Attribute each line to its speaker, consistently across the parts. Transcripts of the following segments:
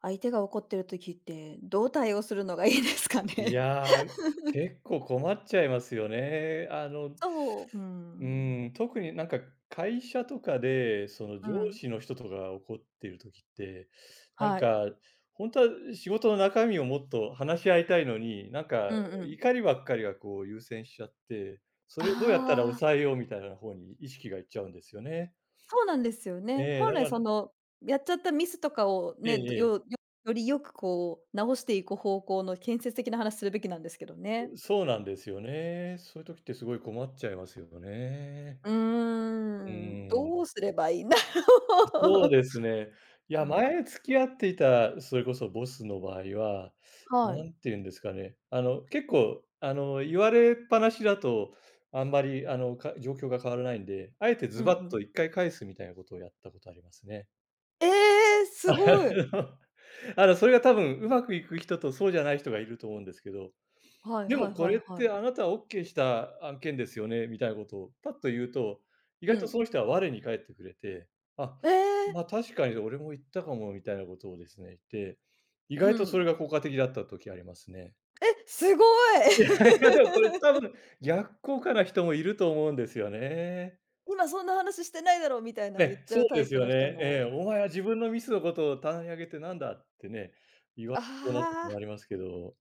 Speaker 1: 相手が怒ってる時って、どう対応するのがいいですか
Speaker 2: い
Speaker 1: ね？
Speaker 2: やー、結構困っちゃいますよね。
Speaker 1: そう、う
Speaker 2: う
Speaker 1: ん。
Speaker 2: ん、特になんか会社とかで、その
Speaker 1: う
Speaker 2: 上
Speaker 1: ん、
Speaker 2: 司の人とかが怒っている時って、なん
Speaker 1: はい。
Speaker 2: か本当は仕事の中身をもっと話し合いたいのに、なん
Speaker 1: う
Speaker 2: か
Speaker 1: んうん。
Speaker 2: 怒りばっかりがこう優先しちゃって、それをどうやったら
Speaker 1: ああ。
Speaker 2: 抑えようみたいな方に意識がいっちゃうんですよね。
Speaker 1: そうなんですよね。
Speaker 2: ええ、
Speaker 1: 本
Speaker 2: だ
Speaker 1: 来
Speaker 2: か
Speaker 1: そ
Speaker 2: ら
Speaker 1: の、やっちゃったミスとかをね、ど
Speaker 2: ええ
Speaker 1: よよ
Speaker 2: え
Speaker 1: よりよくこう直していく方向の建設的な話するべきなんですけどね。
Speaker 2: え、そうなんですよね。そういう時ってすごい困っちゃいますよね。
Speaker 1: うー
Speaker 2: う
Speaker 1: ん、
Speaker 2: ん。
Speaker 1: どうすればいいんだろ
Speaker 2: そう
Speaker 1: う？
Speaker 2: ですね。い
Speaker 1: う
Speaker 2: や、
Speaker 1: ん。
Speaker 2: 前付き合っていた、それこそボスの場合は、
Speaker 1: はい。
Speaker 2: 何て言うんですかね、結構、言われっぱなしだと、あんまり、状況が変わらないんで、あえて
Speaker 1: う
Speaker 2: ズ
Speaker 1: ん
Speaker 2: バッ
Speaker 1: うん。
Speaker 2: と1回返すみたいなことをやったことありますね。
Speaker 1: ええ、す
Speaker 2: あ
Speaker 1: ごい。
Speaker 2: のそれが多分うまくいく人とそうじゃない人がいると思うんですけど、
Speaker 1: はい
Speaker 2: で
Speaker 1: はい
Speaker 2: もこ
Speaker 1: はい
Speaker 2: れっ
Speaker 1: は
Speaker 2: て
Speaker 1: い。
Speaker 2: あなたは OK した案件ですよね、みたいなことをパッと言うと、意
Speaker 1: う
Speaker 2: 外と
Speaker 1: ん。
Speaker 2: その人は我に返ってくれて、あ、
Speaker 1: ええ。
Speaker 2: ま、確かに俺も言ったかもみたいなことをですね、言って、意
Speaker 1: う
Speaker 2: 外とそれ
Speaker 1: ん。
Speaker 2: が効果的だった時ありますね。
Speaker 1: え、すごい
Speaker 2: いやいや、でもこれ多 分逆効果な人もいると思うんですよね。
Speaker 1: 今そんな話してないだろうみたいな言っちゃ
Speaker 2: そう
Speaker 1: うタ
Speaker 2: で
Speaker 1: イ
Speaker 2: す
Speaker 1: プ
Speaker 2: よ
Speaker 1: の人
Speaker 2: ね。ええ、
Speaker 1: も。
Speaker 2: お前は自分のミスのことを棚に上げてなんだってね、言わ
Speaker 1: あ
Speaker 2: れそうなことも
Speaker 1: あ、
Speaker 2: ありますけど、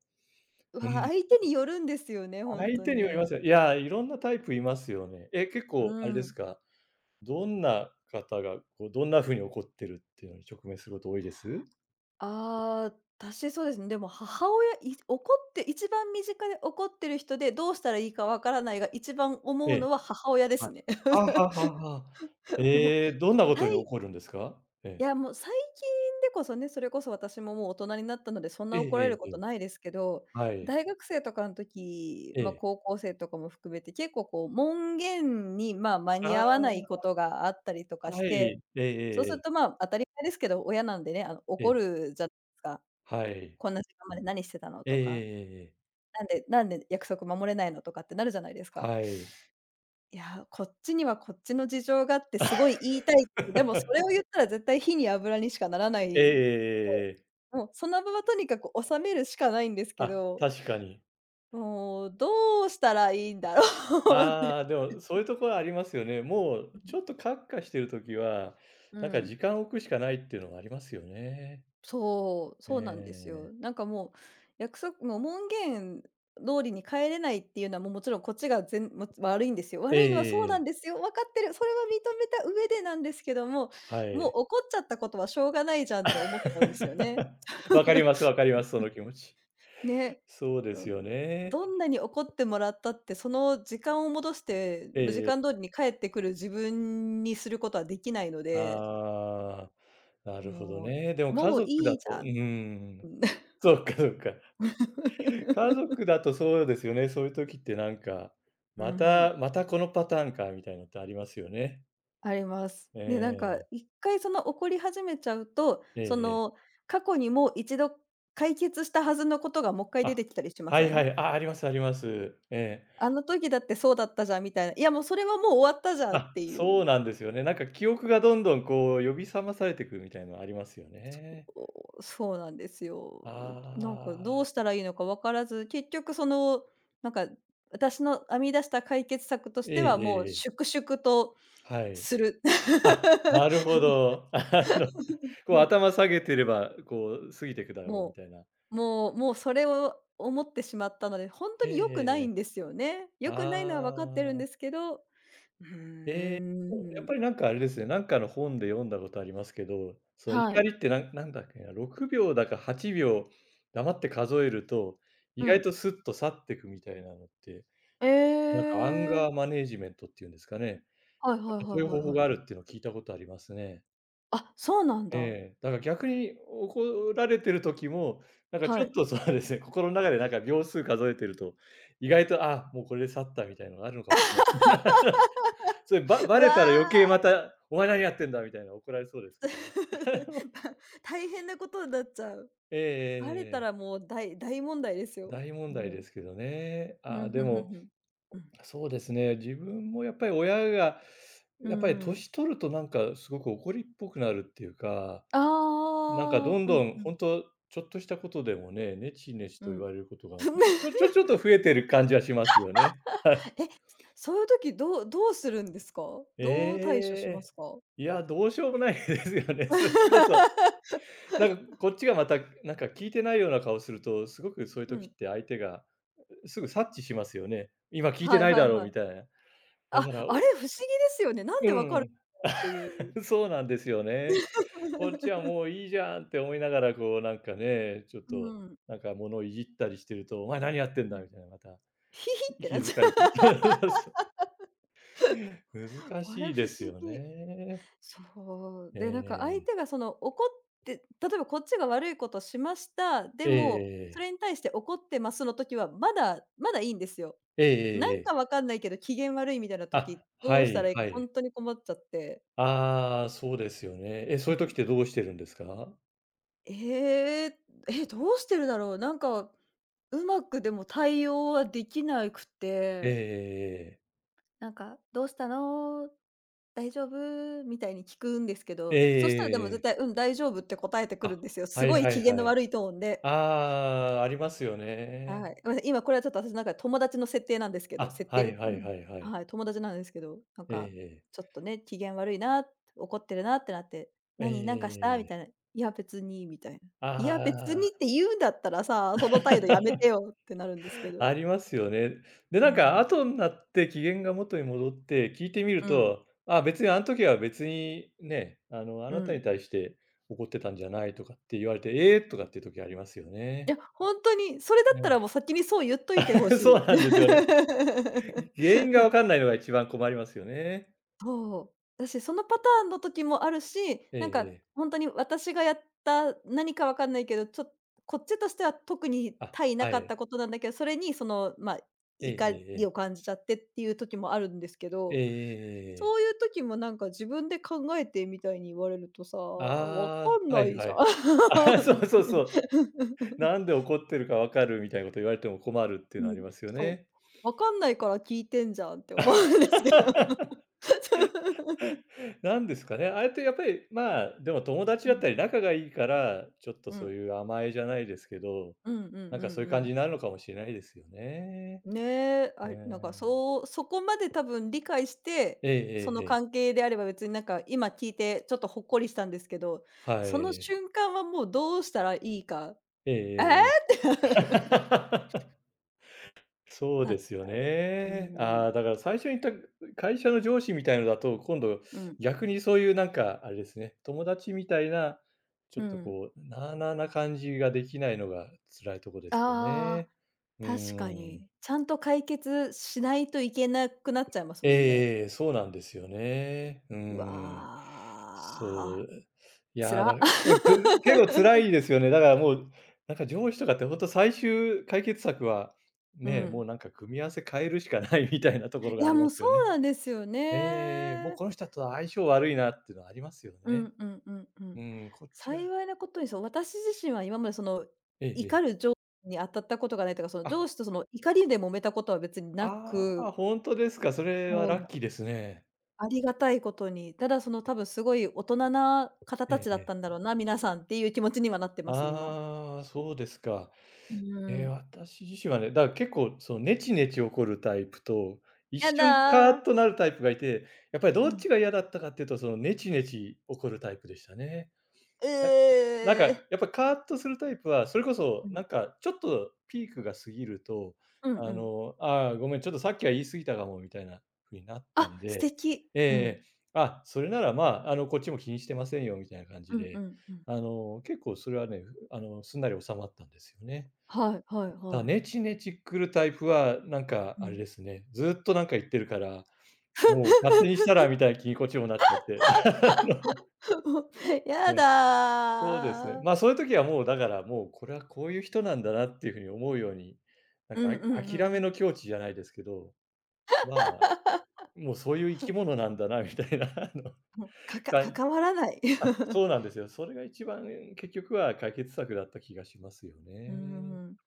Speaker 1: う
Speaker 2: う
Speaker 1: わ、
Speaker 2: ん。
Speaker 1: 相手によるんですよね、本
Speaker 2: 相
Speaker 1: 当
Speaker 2: 手によりま
Speaker 1: に。
Speaker 2: すよ。いや、いろんなタイプいますよね。結
Speaker 1: う
Speaker 2: 構あれです
Speaker 1: ん。
Speaker 2: か、どんな方が、こう、どんな風に怒ってるっていうのに直面すること多いです？
Speaker 1: ああ、私そうですね、でも母親い怒って一番身近で怒ってる人でどうしたらいいかわからないが、一番思
Speaker 2: え
Speaker 1: う
Speaker 2: え。
Speaker 1: のは母親で
Speaker 2: は
Speaker 1: す
Speaker 2: い。
Speaker 1: ね。
Speaker 2: はあはあはあ はあ。
Speaker 1: もう、
Speaker 2: ええ、どんなことに
Speaker 1: 対
Speaker 2: 怒るんですか？え
Speaker 1: い
Speaker 2: え。
Speaker 1: や、もう最近でこそね、それこそ私ももう大人になったので、そん
Speaker 2: え
Speaker 1: な
Speaker 2: え
Speaker 1: 怒られる
Speaker 2: ええ
Speaker 1: こ
Speaker 2: え
Speaker 1: と
Speaker 2: え。
Speaker 1: ないですけど、
Speaker 2: はい。
Speaker 1: 大学生とかの時、
Speaker 2: え
Speaker 1: まあ、
Speaker 2: え。
Speaker 1: 高校生とかも含めて、結構こう門限に、まあ、間に
Speaker 2: あ
Speaker 1: 合わないこ
Speaker 2: あ、
Speaker 1: とがあったりとかし
Speaker 2: は
Speaker 1: て、
Speaker 2: い。えええ
Speaker 1: そう
Speaker 2: え
Speaker 1: す
Speaker 2: え
Speaker 1: ると、
Speaker 2: え。
Speaker 1: まあ、当たり前ですけど、親なんでね、
Speaker 2: え
Speaker 1: 怒
Speaker 2: え。
Speaker 1: るじゃないですか。
Speaker 2: はい。
Speaker 1: こんな時間まで何してたの
Speaker 2: えええ
Speaker 1: と
Speaker 2: ええ
Speaker 1: か、
Speaker 2: えええ。
Speaker 1: なんで約束守れないのとかってなるじゃないですか。
Speaker 2: はい。
Speaker 1: いやー、こっちにはこっちの事情があってすごい言いたいけど、でもそれを 言ったら絶対火に油にしかならな
Speaker 2: えええ
Speaker 1: い。
Speaker 2: えええええ。
Speaker 1: もうその場はとにかく収めるしかないんですけ
Speaker 2: あ、
Speaker 1: ど、
Speaker 2: 確かに。
Speaker 1: もうどうしたらいいんだろうって。
Speaker 2: ああ、でも、そういうところありますよね。もうちょっと カクカしてる時は、
Speaker 1: うん、
Speaker 2: なん
Speaker 1: う
Speaker 2: か
Speaker 1: ん、
Speaker 2: 時間を置くしかないっていうのがありますよね。
Speaker 1: そう、
Speaker 2: え
Speaker 1: そうなんですよ。
Speaker 2: え。
Speaker 1: なんかもう文言通りに帰れないっていうのはもうもちろんこっちが全も悪いんですよ。
Speaker 2: ええ
Speaker 1: 悪いのはそ
Speaker 2: え
Speaker 1: う
Speaker 2: え
Speaker 1: なん
Speaker 2: え
Speaker 1: で
Speaker 2: え
Speaker 1: すよ。分かってる。それは認めた上でなんですけども、
Speaker 2: は
Speaker 1: もう
Speaker 2: い。
Speaker 1: 怒っちゃったことはしょうがないじゃんって思っちゃうんですよね。
Speaker 2: わかりますわかります、その気持ち。
Speaker 1: ね、
Speaker 2: そうで
Speaker 1: う
Speaker 2: す
Speaker 1: ん。
Speaker 2: よね。
Speaker 1: どんなに怒ってもらったって、その時間を戻して、時
Speaker 2: え
Speaker 1: 間
Speaker 2: え
Speaker 1: 通りに帰ってくる自分にすることはできないので、
Speaker 2: ああ、なるほど
Speaker 1: もう
Speaker 2: ね。でも家
Speaker 1: 「もう
Speaker 2: 族
Speaker 1: い
Speaker 2: だ
Speaker 1: いじ
Speaker 2: と
Speaker 1: ゃ
Speaker 2: う
Speaker 1: ん」。う
Speaker 2: ん。
Speaker 1: ん
Speaker 2: そうかそうか。家族 だとそうですよね、そういう時ってなんか、
Speaker 1: うんう
Speaker 2: ま
Speaker 1: ん。
Speaker 2: たまたこのパターンかみたいなのってありますよね。
Speaker 1: あります。
Speaker 2: え
Speaker 1: で、なんか
Speaker 2: え。
Speaker 1: 一回その怒り始めちゃうと、
Speaker 2: ええ
Speaker 1: そ
Speaker 2: え
Speaker 1: の
Speaker 2: え。
Speaker 1: 過去にもう一度解決したはずのことがもっかい出
Speaker 2: あ、
Speaker 1: てきたりしま
Speaker 2: はい
Speaker 1: せ
Speaker 2: は
Speaker 1: ん？
Speaker 2: い。あ、ありますあります。え
Speaker 1: あ
Speaker 2: え。
Speaker 1: の時だってそうだったじゃんみたいな、いやもうそれはもう終わったじゃんっ
Speaker 2: あ、
Speaker 1: てい
Speaker 2: そ
Speaker 1: う。
Speaker 2: うなんですよね。なんか記憶がどんどんこう呼び覚まされてくみたいなのありますよね。
Speaker 1: おそうなんですよ。なんかど
Speaker 2: あ
Speaker 1: うし
Speaker 2: あ。
Speaker 1: たらいいのか分からず、結局その、なんか私の編み出した解決策とし
Speaker 2: ええ
Speaker 1: て
Speaker 2: え
Speaker 1: は、もう
Speaker 2: えええ。
Speaker 1: 粛々と
Speaker 2: はい。
Speaker 1: する。
Speaker 2: あ、なる ほど。こう
Speaker 1: も
Speaker 2: 頭下げてれば、こう過ぎてくだ
Speaker 1: う
Speaker 2: ろうみ
Speaker 1: も
Speaker 2: たいな。
Speaker 1: もうそれを思ってしまったので、本当
Speaker 2: えええ
Speaker 1: に良くな
Speaker 2: え
Speaker 1: いん
Speaker 2: ええ。
Speaker 1: ですよね。良くないのは分かってるん
Speaker 2: あ
Speaker 1: です
Speaker 2: あ。
Speaker 1: けど、うー
Speaker 2: やっ
Speaker 1: ん。
Speaker 2: ぱりなんかあれですね、なんかの本で読んだことありますけど、その
Speaker 1: は
Speaker 2: 怒
Speaker 1: い。
Speaker 2: りってなんなんだっけな、6秒だか8秒黙って数えると、意
Speaker 1: う
Speaker 2: 外
Speaker 1: ん。
Speaker 2: とスッと去っていくみたいなのって、なん
Speaker 1: え
Speaker 2: かアン
Speaker 1: え。
Speaker 2: ガーマネージメントっていうんですかね。
Speaker 1: はいはい
Speaker 2: な
Speaker 1: は
Speaker 2: ん
Speaker 1: い
Speaker 2: か
Speaker 1: は
Speaker 2: そういう
Speaker 1: い
Speaker 2: 方
Speaker 1: はい
Speaker 2: 法が
Speaker 1: は
Speaker 2: あ
Speaker 1: い。
Speaker 2: るっていうのを聞いたことありますね。
Speaker 1: あ、そうなんだ。
Speaker 2: ええ、だから逆に怒られてる時も、なんかち
Speaker 1: は
Speaker 2: ょっ
Speaker 1: い。
Speaker 2: とそうですね、心の中でなんか秒数数えてると、意外と、あ、もうこれで去ったみたいなのがあるのかもしれない。それ、
Speaker 1: う
Speaker 2: バ
Speaker 1: わ。
Speaker 2: レたら余計また「お前何やってんだ」みたいな怒られそうですけどね。
Speaker 1: 大変なことになっちゃう。
Speaker 2: えええ
Speaker 1: バレ
Speaker 2: え
Speaker 1: た
Speaker 2: え
Speaker 1: ら
Speaker 2: え。
Speaker 1: もう大問題ですよ。
Speaker 2: 大問題
Speaker 1: も
Speaker 2: で
Speaker 1: う。
Speaker 2: すけどね。
Speaker 1: う
Speaker 2: ああ、
Speaker 1: ん、
Speaker 2: で
Speaker 1: ふんふん
Speaker 2: も、
Speaker 1: ふん。うん。
Speaker 2: そうですね、自分もやっぱり親が、
Speaker 1: うん
Speaker 2: やっぱり
Speaker 1: うん。
Speaker 2: 年取るとなんかすごく怒りっぽくなるっていうか、
Speaker 1: あ
Speaker 2: なんかど
Speaker 1: あ。
Speaker 2: ん
Speaker 1: うん
Speaker 2: どん
Speaker 1: う
Speaker 2: ほ
Speaker 1: ん、
Speaker 2: んと、ちょっとしたことでもね、ネチネチ
Speaker 1: う
Speaker 2: と言
Speaker 1: ん。
Speaker 2: われることが、ちょちょ ちょっと増えてる感じはしますよね。はい。
Speaker 1: そういう時どうするんですか？どう対処しま
Speaker 2: ええ。
Speaker 1: すか？
Speaker 2: いや、どうしようもないですよね、それこそ。なんかこっちがまた、なんか聞いてないような顔すると、すごくそういう
Speaker 1: う
Speaker 2: 時っ
Speaker 1: ん。
Speaker 2: て相手が、すぐ察知しますよね。今聞いて
Speaker 1: はい
Speaker 2: ない
Speaker 1: はい
Speaker 2: だろう
Speaker 1: は
Speaker 2: み
Speaker 1: い。
Speaker 2: たいな。だか
Speaker 1: あ、
Speaker 2: ら
Speaker 1: あれ不思議ですよね。なん
Speaker 2: う
Speaker 1: でわかる
Speaker 2: ん、
Speaker 1: のっていう。
Speaker 2: そうなんですよね。こっち はもういいじゃんって思いながら、こうなんかね、ちょっ
Speaker 1: う
Speaker 2: と、
Speaker 1: ん、
Speaker 2: なんか物をいじったりしてると、お前何やってん
Speaker 1: う
Speaker 2: だ
Speaker 1: ん。
Speaker 2: みたいな、また
Speaker 1: ヒヒって
Speaker 2: 気
Speaker 1: なっ
Speaker 2: づ
Speaker 1: ちゃ
Speaker 2: かれて そうそうそう。
Speaker 1: う。
Speaker 2: 難
Speaker 1: あれ
Speaker 2: しい
Speaker 1: 不
Speaker 2: です
Speaker 1: 思
Speaker 2: よ
Speaker 1: 議。
Speaker 2: ね。
Speaker 1: そう。
Speaker 2: え
Speaker 1: で、なんか相
Speaker 2: え。
Speaker 1: 手がその怒って例えばこっちが悪いことしました。で
Speaker 2: ええ
Speaker 1: も、そ
Speaker 2: ええ。
Speaker 1: れに対して怒ってますの時は、まだまだいいんですよ。
Speaker 2: えええ
Speaker 1: な
Speaker 2: ええ
Speaker 1: ん
Speaker 2: え。
Speaker 1: かわかんないけど機嫌悪いみたいな
Speaker 2: あ、
Speaker 1: 時、ど
Speaker 2: は
Speaker 1: うした
Speaker 2: い
Speaker 1: らいいか
Speaker 2: はい。
Speaker 1: 本当に困っちゃって。
Speaker 2: ああ、そうですよね。そ
Speaker 1: う
Speaker 2: ういう時
Speaker 1: ん。
Speaker 2: ってどうしてるんですか？
Speaker 1: ええ、どうしてるだろう。なんか、うまくでも対応はできなく
Speaker 2: ええええ
Speaker 1: て、
Speaker 2: ええ。
Speaker 1: なんか「どうしたの？大丈夫？」みたいに聞くんですけ
Speaker 2: ええ
Speaker 1: ど、そしたらで
Speaker 2: ええ
Speaker 1: も絶
Speaker 2: え
Speaker 1: 対
Speaker 2: え。
Speaker 1: 「うん、大丈夫」って答えてく
Speaker 2: あ、
Speaker 1: るんですよ。
Speaker 2: は
Speaker 1: す
Speaker 2: い
Speaker 1: ごい
Speaker 2: は
Speaker 1: 機
Speaker 2: い
Speaker 1: 嫌の
Speaker 2: はい。
Speaker 1: 悪いトーンで。
Speaker 2: ああ、ありますよね。
Speaker 1: はい。ま、今これはちょっと私なんか友達の設定なんですけど、
Speaker 2: あ、はい
Speaker 1: う
Speaker 2: はい
Speaker 1: ん。
Speaker 2: はいはい。
Speaker 1: はい、友達なんですけど、なん
Speaker 2: ええ
Speaker 1: か
Speaker 2: ええ。
Speaker 1: ちょっとね、機嫌悪いな、怒ってるなってなって、
Speaker 2: ええええ
Speaker 1: 「何？なんかし
Speaker 2: え
Speaker 1: た？」
Speaker 2: え
Speaker 1: み
Speaker 2: え
Speaker 1: たいな、「い
Speaker 2: え
Speaker 1: や別に」みたいな。「いや別に」
Speaker 2: あ
Speaker 1: って言うんだったらさ、その態度やめてよってなるんですけ
Speaker 2: あ、
Speaker 1: ど。
Speaker 2: ありますよね。で、
Speaker 1: う
Speaker 2: なんか
Speaker 1: ん。
Speaker 2: 後んなって機嫌が元に戻って聞いてみる
Speaker 1: うん。
Speaker 2: と、あ、別にあん時は別にね、あ
Speaker 1: う
Speaker 2: なた
Speaker 1: ん。
Speaker 2: に対して怒ってたんじゃないとかって言われて、ええ、とかっていう時ありますよ
Speaker 1: い
Speaker 2: ね。
Speaker 1: や、ほんとに、それだったら
Speaker 2: ね。
Speaker 1: もう先にそう言っといて欲 しい。
Speaker 2: そうなんですよね。原因がわかんないのが一番困りますよね。
Speaker 1: そう。だし、そのパターンの時もあるし、
Speaker 2: ええ
Speaker 1: なんか
Speaker 2: ええ。
Speaker 1: 本当に私がやった何かわかんないけど、こっちとしては特に
Speaker 2: あ、
Speaker 1: 対な
Speaker 2: は
Speaker 1: かった
Speaker 2: い。
Speaker 1: ことなんだけど、それにその、まあ、
Speaker 2: えええ
Speaker 1: 怒
Speaker 2: ええ
Speaker 1: り
Speaker 2: え。
Speaker 1: を感じちゃってっていう時もあるんですけ
Speaker 2: ええ
Speaker 1: ど、
Speaker 2: えええええええええ
Speaker 1: そう
Speaker 2: え
Speaker 1: いう時もなんか自分で考えてみたいに言われるとさ、わか
Speaker 2: あ
Speaker 1: ん
Speaker 2: あ、は
Speaker 1: な
Speaker 2: い
Speaker 1: いじ
Speaker 2: は
Speaker 1: ゃん。
Speaker 2: い。ああ、そうそうそう。なんで怒ってるかわかるみたいなこと言われても困るっていうの
Speaker 1: う
Speaker 2: あり
Speaker 1: ん、
Speaker 2: ますよ
Speaker 1: そ
Speaker 2: ね。
Speaker 1: う。わかんないから聞いてんじゃんって思うんですけど。
Speaker 2: なんですかね、あれってやっぱり、まあ、でも友達
Speaker 1: う
Speaker 2: だっ
Speaker 1: ん、
Speaker 2: たり仲がいいから、ちょっと
Speaker 1: う
Speaker 2: そう
Speaker 1: ん。
Speaker 2: いう甘えじゃないですけど、
Speaker 1: うんうんうんう
Speaker 2: なんかそういう感
Speaker 1: ん。
Speaker 2: じになるのかもしれないですよね。
Speaker 1: ねえ、
Speaker 2: う
Speaker 1: あ、
Speaker 2: ー
Speaker 1: なんか
Speaker 2: ん。
Speaker 1: そうそこまで多分理解して、
Speaker 2: えええ
Speaker 1: その
Speaker 2: えええ。
Speaker 1: 関係であれば別になんか今聞いてちょっとほっこりしたんですけど、
Speaker 2: は
Speaker 1: その
Speaker 2: い。
Speaker 1: 瞬間はもうどうしたらいいか、
Speaker 2: えええ
Speaker 1: 「ええ！
Speaker 2: ええ
Speaker 1: っ
Speaker 2: え。
Speaker 1: て
Speaker 2: そう
Speaker 1: な
Speaker 2: ですよ
Speaker 1: う
Speaker 2: ね。あ
Speaker 1: ん、
Speaker 2: あ、だから最初に言った会社の上司みたいのだと、今度
Speaker 1: うん、
Speaker 2: 逆にそういうなんかあれですね、友達みたいな、ち
Speaker 1: う
Speaker 2: ょっと
Speaker 1: ん。
Speaker 2: こう、なあなあな感じができないのが辛いとこですよ
Speaker 1: ああ、
Speaker 2: ね。うー
Speaker 1: 確か
Speaker 2: ん。
Speaker 1: に。ちゃんと解決しないといけなくなっちゃいますもんね。
Speaker 2: ええそうなんですよね。うー
Speaker 1: うわ
Speaker 2: ん。そ
Speaker 1: あ、
Speaker 2: う。い
Speaker 1: つ
Speaker 2: や、だ
Speaker 1: ら
Speaker 2: から、結構辛 いですよね。だからもう、なんか上司とかって本当最終解決策は、
Speaker 1: う
Speaker 2: ね、もう
Speaker 1: ん。
Speaker 2: なんか組み合わせ変えるしかないみたいなところ
Speaker 1: い
Speaker 2: が
Speaker 1: や、
Speaker 2: あり
Speaker 1: も
Speaker 2: ま
Speaker 1: う
Speaker 2: す
Speaker 1: そ
Speaker 2: よね。
Speaker 1: うなんですよ
Speaker 2: ええもう
Speaker 1: ね。
Speaker 2: この人とは相性悪いなっていうのはありますよ
Speaker 1: う
Speaker 2: ね。
Speaker 1: んうんうんう
Speaker 2: う
Speaker 1: ん。
Speaker 2: ーん、こっちが
Speaker 1: 幸いなことに、そう、私自身は今までその、
Speaker 2: ええ
Speaker 1: 怒
Speaker 2: ええ。
Speaker 1: る上司に当たったことがないというか、その上
Speaker 2: あ、
Speaker 1: 司とその怒りで揉めたことは別にな
Speaker 2: あ
Speaker 1: く、
Speaker 2: あ、ほんとですか。それは
Speaker 1: そう、
Speaker 2: ラッキーですね。
Speaker 1: ありがたいことに、ただその多分すごい大人な方
Speaker 2: ええ
Speaker 1: たちだった
Speaker 2: ええ。
Speaker 1: んだろうな、皆さんっていう気持ちにはなってます、今。
Speaker 2: ああ、そうですか。
Speaker 1: うー
Speaker 2: ええ、
Speaker 1: ん。
Speaker 2: 私自身はね、結構そのネチネチ怒るタイプと、一
Speaker 1: や
Speaker 2: 瞬カー
Speaker 1: だ。
Speaker 2: ッとなるタイプがいて、やっぱりど
Speaker 1: う
Speaker 2: っ
Speaker 1: ん。
Speaker 2: ちが嫌だったかっていうと、そのネチネチ怒るタイプでしたね。
Speaker 1: う
Speaker 2: ね、なんか
Speaker 1: え。
Speaker 2: やっぱカーッとするタイプは、それこそ
Speaker 1: う
Speaker 2: なん
Speaker 1: ん。
Speaker 2: かちょっとピークが過ぎると、
Speaker 1: うん
Speaker 2: あ
Speaker 1: うん、
Speaker 2: の、ああ、ごめん、ちょっとさっきは言い過ぎたかもみたいな風になった
Speaker 1: あ、
Speaker 2: ん
Speaker 1: 素
Speaker 2: で、
Speaker 1: 敵。
Speaker 2: ええええ、あ、それならまあ、こっちも気にしてませんよみたいな感じ
Speaker 1: うんう
Speaker 2: で、
Speaker 1: んうんうん。
Speaker 2: 結構それはね、すんなり収まったんですよね。
Speaker 1: はいはいはい。
Speaker 2: ネチネチ来るタイプはなんか
Speaker 1: う
Speaker 2: あれ
Speaker 1: ん。
Speaker 2: ですね、ずっとなんか言ってるから、もう勝手にしたらみたいな気にこっちもなっちゃって。
Speaker 1: や
Speaker 2: うん。そうですね。
Speaker 1: だ。
Speaker 2: まあ、そういう時はもうだから、もうこれはこういう人なんだなっていうふうに思うように、なん
Speaker 1: う
Speaker 2: か、
Speaker 1: んうん
Speaker 2: あ、
Speaker 1: うんう
Speaker 2: 諦め
Speaker 1: ん。
Speaker 2: の境地じゃないですけど、まあ、もうそういう生き物なんだなみたいな
Speaker 1: もう、
Speaker 2: か
Speaker 1: 関わらない。
Speaker 2: あ、そうなんですよ。それが一番、結局は解決策だった気がしますよ
Speaker 1: う
Speaker 2: ね。
Speaker 1: ん。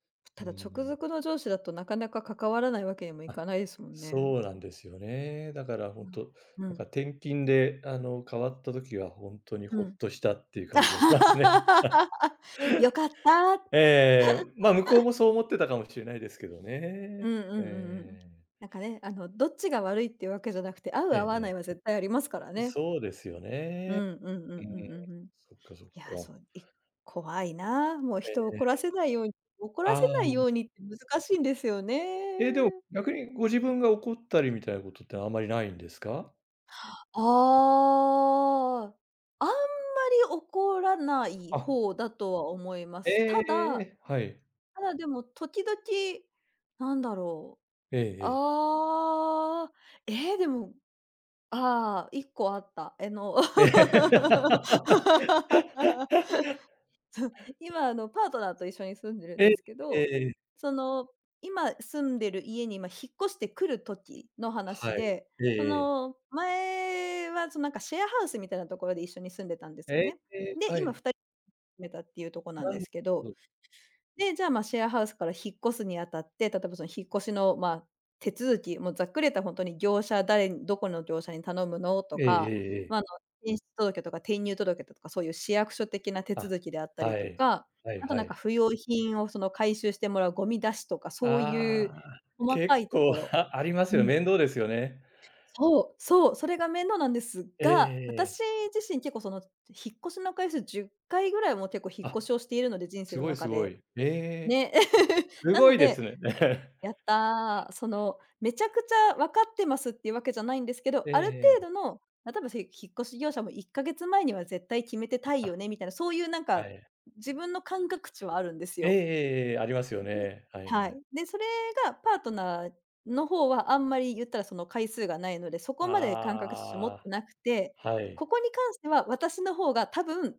Speaker 2: う
Speaker 1: ただ直
Speaker 2: ん。
Speaker 1: 属の上司だとなかなか関わらないわけにもい
Speaker 2: あ、
Speaker 1: かないですもんね。
Speaker 2: そうなんですよね。だから本当、
Speaker 1: う
Speaker 2: なんか
Speaker 1: ん、
Speaker 2: 転勤で、変わった時は本当に
Speaker 1: う
Speaker 2: ほっ
Speaker 1: ん。
Speaker 2: としたっていう感じがしますね。
Speaker 1: よかった。
Speaker 2: ええ、まあ、向こうもそう思ってたかもしれないですけど
Speaker 1: う
Speaker 2: ね。
Speaker 1: んう
Speaker 2: え
Speaker 1: んうんうん。
Speaker 2: え。
Speaker 1: なんかね、どっちが悪いっていうわけじゃなくて、合う
Speaker 2: ええ
Speaker 1: 合わない
Speaker 2: え
Speaker 1: は
Speaker 2: え。
Speaker 1: 絶対ありますからね。
Speaker 2: そうですよ
Speaker 1: うん
Speaker 2: ね。
Speaker 1: うんうん
Speaker 2: う
Speaker 1: う
Speaker 2: ん。
Speaker 1: んうんうん。
Speaker 2: そっかそっ
Speaker 1: いや、
Speaker 2: か。
Speaker 1: そう、怖いなあ。もう
Speaker 2: え
Speaker 1: 人を
Speaker 2: え、
Speaker 1: 怒らせないように怒らせ
Speaker 2: あ
Speaker 1: ない
Speaker 2: あ。
Speaker 1: ようにって難しいんですよ
Speaker 2: え、でも
Speaker 1: ね。
Speaker 2: 逆にご自分が怒ったりみたいなことってあんまりないんですか？
Speaker 1: ああ、あんまり怒らない
Speaker 2: あ、
Speaker 1: 方だとは思います。
Speaker 2: え
Speaker 1: ただ、
Speaker 2: え、はい。
Speaker 1: でも時々、なんだろう、
Speaker 2: ええええ。
Speaker 1: ああ、でも、ああ、一個あった。
Speaker 2: ええ。
Speaker 1: 今パートナーと一緒に住んでるん
Speaker 2: え、
Speaker 1: ですけ
Speaker 2: え
Speaker 1: ど、
Speaker 2: え、
Speaker 1: その、今住んでる家に、ま、引っ越してくる時の話
Speaker 2: は
Speaker 1: で、
Speaker 2: い。
Speaker 1: そ
Speaker 2: ええ
Speaker 1: の、前はその、なんかシェアハウスみたいなところで一緒に住んでたんです
Speaker 2: え
Speaker 1: よ
Speaker 2: え。
Speaker 1: ね。
Speaker 2: ええ、
Speaker 1: で、
Speaker 2: は
Speaker 1: 今
Speaker 2: い。
Speaker 1: 2人住めたっていうとこなん
Speaker 2: な
Speaker 1: で
Speaker 2: る
Speaker 1: すけ
Speaker 2: ほ
Speaker 1: ど。
Speaker 2: ど。
Speaker 1: で、じゃあ、まあ、シェアハウスから引っ越すにあたって、例えばその引っ越しの、まあ、手続き、もうざっくり言ったら本当に業者誰にどこの業者に頼むのと
Speaker 2: ええええ
Speaker 1: か、ま
Speaker 2: え
Speaker 1: あ、
Speaker 2: え。
Speaker 1: 転出届とか転入届とかそういう市役所的な手
Speaker 2: あ、
Speaker 1: 続きであったり
Speaker 2: は
Speaker 1: と
Speaker 2: い。
Speaker 1: か、
Speaker 2: はい
Speaker 1: あと
Speaker 2: は
Speaker 1: なんか
Speaker 2: い。
Speaker 1: 不要品をその回収してもらうゴミ出しとか、そういう
Speaker 2: ああ、
Speaker 1: 細か
Speaker 2: 結
Speaker 1: いと
Speaker 2: 構
Speaker 1: ころ。
Speaker 2: あありま
Speaker 1: う
Speaker 2: すよ。
Speaker 1: ん、
Speaker 2: 面倒ですよね。
Speaker 1: そうそう、それが面倒なんです
Speaker 2: え
Speaker 1: が、私
Speaker 2: えええ
Speaker 1: 自身結構引っ越しの回数10回ぐらいも結構引っ
Speaker 2: あ、
Speaker 1: 越しをしているので、人生
Speaker 2: す
Speaker 1: の
Speaker 2: ごい
Speaker 1: 中
Speaker 2: すご
Speaker 1: で。
Speaker 2: い。ええ、
Speaker 1: ね。
Speaker 2: す
Speaker 1: な
Speaker 2: ご
Speaker 1: の
Speaker 2: いで
Speaker 1: で、
Speaker 2: すね。
Speaker 1: やっ たー、めちゃくちゃ分かってますっていうわけじゃないんですけど、
Speaker 2: ええ
Speaker 1: ある
Speaker 2: え
Speaker 1: 程度
Speaker 2: え。
Speaker 1: の、例えば、引っ越し業者も1ヶ月前には絶対決めてたい
Speaker 2: あ、
Speaker 1: よねみたいな、そういうなん
Speaker 2: は
Speaker 1: か、
Speaker 2: い。
Speaker 1: 自分の感覚値はあるんです
Speaker 2: えええ
Speaker 1: よ。
Speaker 2: えええ、ありますよね。はいは
Speaker 1: はい。
Speaker 2: い。
Speaker 1: で、それがパートナーの方はあんまり言ったらその回数がないので、そこまで感覚として持っ
Speaker 2: あ
Speaker 1: てなくて、
Speaker 2: あ、はい。
Speaker 1: ここに関しては私の方が多分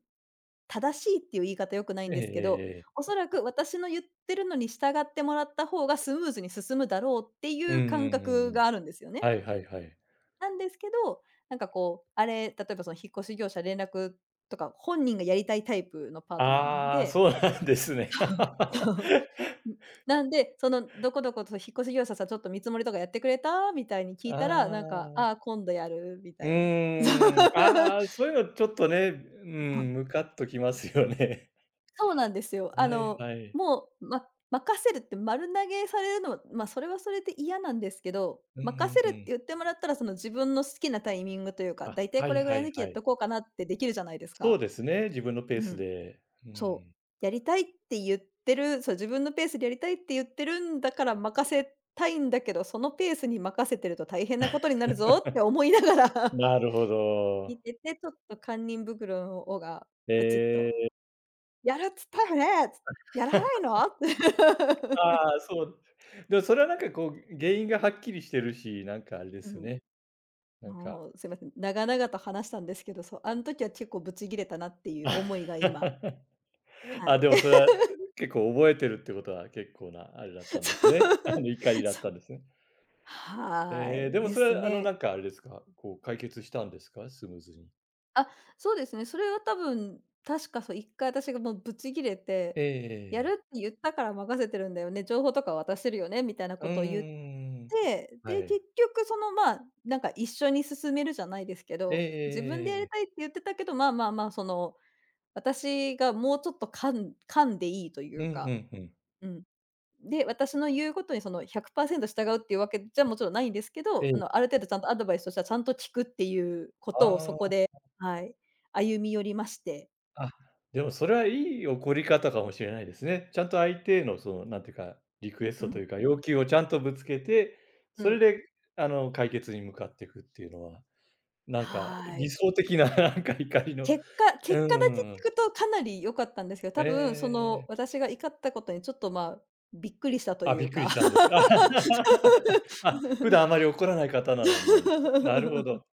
Speaker 1: 正しいっていう言い方良くない
Speaker 2: え
Speaker 1: ん
Speaker 2: ええ
Speaker 1: で
Speaker 2: え
Speaker 1: すけど、
Speaker 2: ええ。
Speaker 1: おそらく私の言ってるのに従ってもらった方がスムーズに進むだろうってい
Speaker 2: うんう
Speaker 1: う感
Speaker 2: んうん
Speaker 1: 覚
Speaker 2: う
Speaker 1: が
Speaker 2: ん。
Speaker 1: あるんですよね。
Speaker 2: はいはいはい。
Speaker 1: なんですけど、なんかこう、あれ、例えばその引っ越し業者連絡とか、本人がやりたいタイプのパートナーなん
Speaker 2: ああ、
Speaker 1: で。
Speaker 2: そうなんですね。あ
Speaker 1: ん、なんで、どこどこと引っ越し業者さんちょっと見積もりとかやってくれた？みたいに聞いたら、なんか、
Speaker 2: あ、
Speaker 1: ああ、今度やるみ
Speaker 2: う
Speaker 1: たいな。そう。
Speaker 2: ーん、ああ、そういうのちょっとね、うん、ム カっときますよね。
Speaker 1: そうなんです よ。
Speaker 2: はいはい。
Speaker 1: もう、ま任せるって丸投げされるのは、ま、それはそれで嫌なんですけど、
Speaker 2: うんうん
Speaker 1: 任せるっ
Speaker 2: う
Speaker 1: て
Speaker 2: ん。
Speaker 1: 言ってもらったら、その自分の好きなタイミングというか、
Speaker 2: あ、
Speaker 1: だいたい
Speaker 2: は
Speaker 1: こ
Speaker 2: い
Speaker 1: れぐら
Speaker 2: は
Speaker 1: いの
Speaker 2: い
Speaker 1: 時や
Speaker 2: は
Speaker 1: っ
Speaker 2: い。
Speaker 1: とこうかなってできるじゃないです
Speaker 2: そ
Speaker 1: か。
Speaker 2: うですね、自分のペ
Speaker 1: う
Speaker 2: ース
Speaker 1: ん。
Speaker 2: で。う
Speaker 1: そ
Speaker 2: ん。
Speaker 1: う、やりたいって言ってる。そう、自分のペースでやりたいって言ってるんだから任せたいんだけど、そのペースに任せてると大変なことになるぞって 思いながら
Speaker 2: なる ほ
Speaker 1: 見
Speaker 2: ど。
Speaker 1: てて、ちょっと堪忍袋の緒がプチッ
Speaker 2: え
Speaker 1: と
Speaker 2: え。
Speaker 1: 「やるっつったよね」「やらない の？」って
Speaker 2: ああ、そう。でもそれはなんかこう、原因がはっきりしてるし、なん かあれで
Speaker 1: う
Speaker 2: す
Speaker 1: ん。
Speaker 2: ね。なんか。
Speaker 1: もうすいません、長々と話したんですけど、そう、あの時は結構ブチギレたなっていう思いが今。 は
Speaker 2: あ、
Speaker 1: い。
Speaker 2: でもそれは結構覚えてるってことは結構なあれ だっ
Speaker 1: そう。
Speaker 2: たんですね。あの怒りだ
Speaker 1: そ
Speaker 2: った
Speaker 1: う。
Speaker 2: んですね。
Speaker 1: はー
Speaker 2: えー、
Speaker 1: い、
Speaker 2: でも
Speaker 1: で
Speaker 2: それ
Speaker 1: す
Speaker 2: は
Speaker 1: ね。
Speaker 2: なんかあれですか、こう解決したんですか？スムーズに。
Speaker 1: あ、そうですね。それは多分、確かそう一回私がもうブチギれて、やる
Speaker 2: ええ
Speaker 1: って言ったから任せてるんだよね、情報とか渡してるよねみたいな
Speaker 2: う
Speaker 1: こ
Speaker 2: ーう
Speaker 1: とを言っ
Speaker 2: ーん。
Speaker 1: て、
Speaker 2: は
Speaker 1: で、結
Speaker 2: い。
Speaker 1: 局まあ、なんか一緒に進めるじゃないですけ
Speaker 2: えええ
Speaker 1: ど、
Speaker 2: え
Speaker 1: 自分でやり
Speaker 2: ええ
Speaker 1: たいって言ってたけど、まあまあまあ、私がもうちょっと噛んでいいとい
Speaker 2: うん、
Speaker 1: う
Speaker 2: う
Speaker 1: か、
Speaker 2: んうん。
Speaker 1: うん。で、私の言うことにその100%従うっていうわけじゃもちろんないんですけ
Speaker 2: え
Speaker 1: ど、
Speaker 2: え。
Speaker 1: ある程度ちゃんとアドバイスとしてはちゃんと聞くっていうことをそこ
Speaker 2: あ
Speaker 1: で、はい、歩み寄りまして。
Speaker 2: あ、あ、でもそれはいい怒り方かもしれないですね。ちゃんと相手のその、なんていうか、リクエス
Speaker 1: う
Speaker 2: トと
Speaker 1: ん、
Speaker 2: いうか、要求をちゃんとぶつけて、
Speaker 1: う
Speaker 2: それ
Speaker 1: ん。
Speaker 2: で解決に向かっていくっていうのは、なんか
Speaker 1: は
Speaker 2: 理
Speaker 1: い。
Speaker 2: 想的な なんか怒りの、
Speaker 1: 結
Speaker 2: う
Speaker 1: 果だけ
Speaker 2: ん。
Speaker 1: 聞くとかなり良かったんですけど、多
Speaker 2: え
Speaker 1: 分
Speaker 2: え。
Speaker 1: 私が怒ったことにちょっと、まあ、びっくりしたと
Speaker 2: あ、
Speaker 1: い
Speaker 2: び
Speaker 1: う
Speaker 2: っく
Speaker 1: か。
Speaker 2: りしたんですか。あ、普段あまり 怒らない方なのに。なるほど。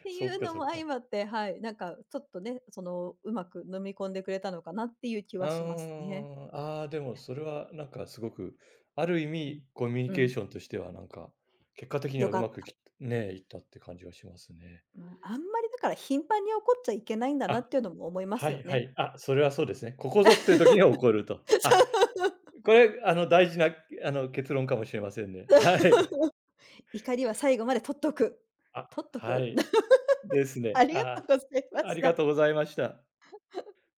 Speaker 1: ってい
Speaker 2: そっ
Speaker 1: う
Speaker 2: か
Speaker 1: の
Speaker 2: そっ
Speaker 1: も相
Speaker 2: か。
Speaker 1: まって、はい、なんかちょっとね、うまく飲み込んでくれたのかなっていう気
Speaker 2: あ
Speaker 1: は
Speaker 2: ー、
Speaker 1: しますね。
Speaker 2: うん、あー、でもそれはなんかすごく、ある意
Speaker 1: うん。
Speaker 2: 味コミュニ
Speaker 1: う
Speaker 2: ケー
Speaker 1: ん。
Speaker 2: ションとしてはなんか、結果的に
Speaker 1: よ
Speaker 2: はう
Speaker 1: かっ
Speaker 2: まく
Speaker 1: た。
Speaker 2: きね、いったって感じがしますね。
Speaker 1: まあ、あんまりだから頻繁に怒っちゃいけないんだな
Speaker 2: あ、
Speaker 1: っていうのも思いま
Speaker 2: は
Speaker 1: すよ
Speaker 2: いは
Speaker 1: ね。
Speaker 2: い。あ、それはそうですね。ここぞっていう時には起こると。あ、これあの大事なあの結論かもしれませんね。はい。
Speaker 1: そう怒りは最後まで取っとく。
Speaker 2: あ、
Speaker 1: 取っと
Speaker 2: は
Speaker 1: く
Speaker 2: い。です
Speaker 1: あ
Speaker 2: ね。
Speaker 1: りがとう
Speaker 2: あ、
Speaker 1: ございま
Speaker 2: あ
Speaker 1: し
Speaker 2: りが
Speaker 1: た。
Speaker 2: とうございました。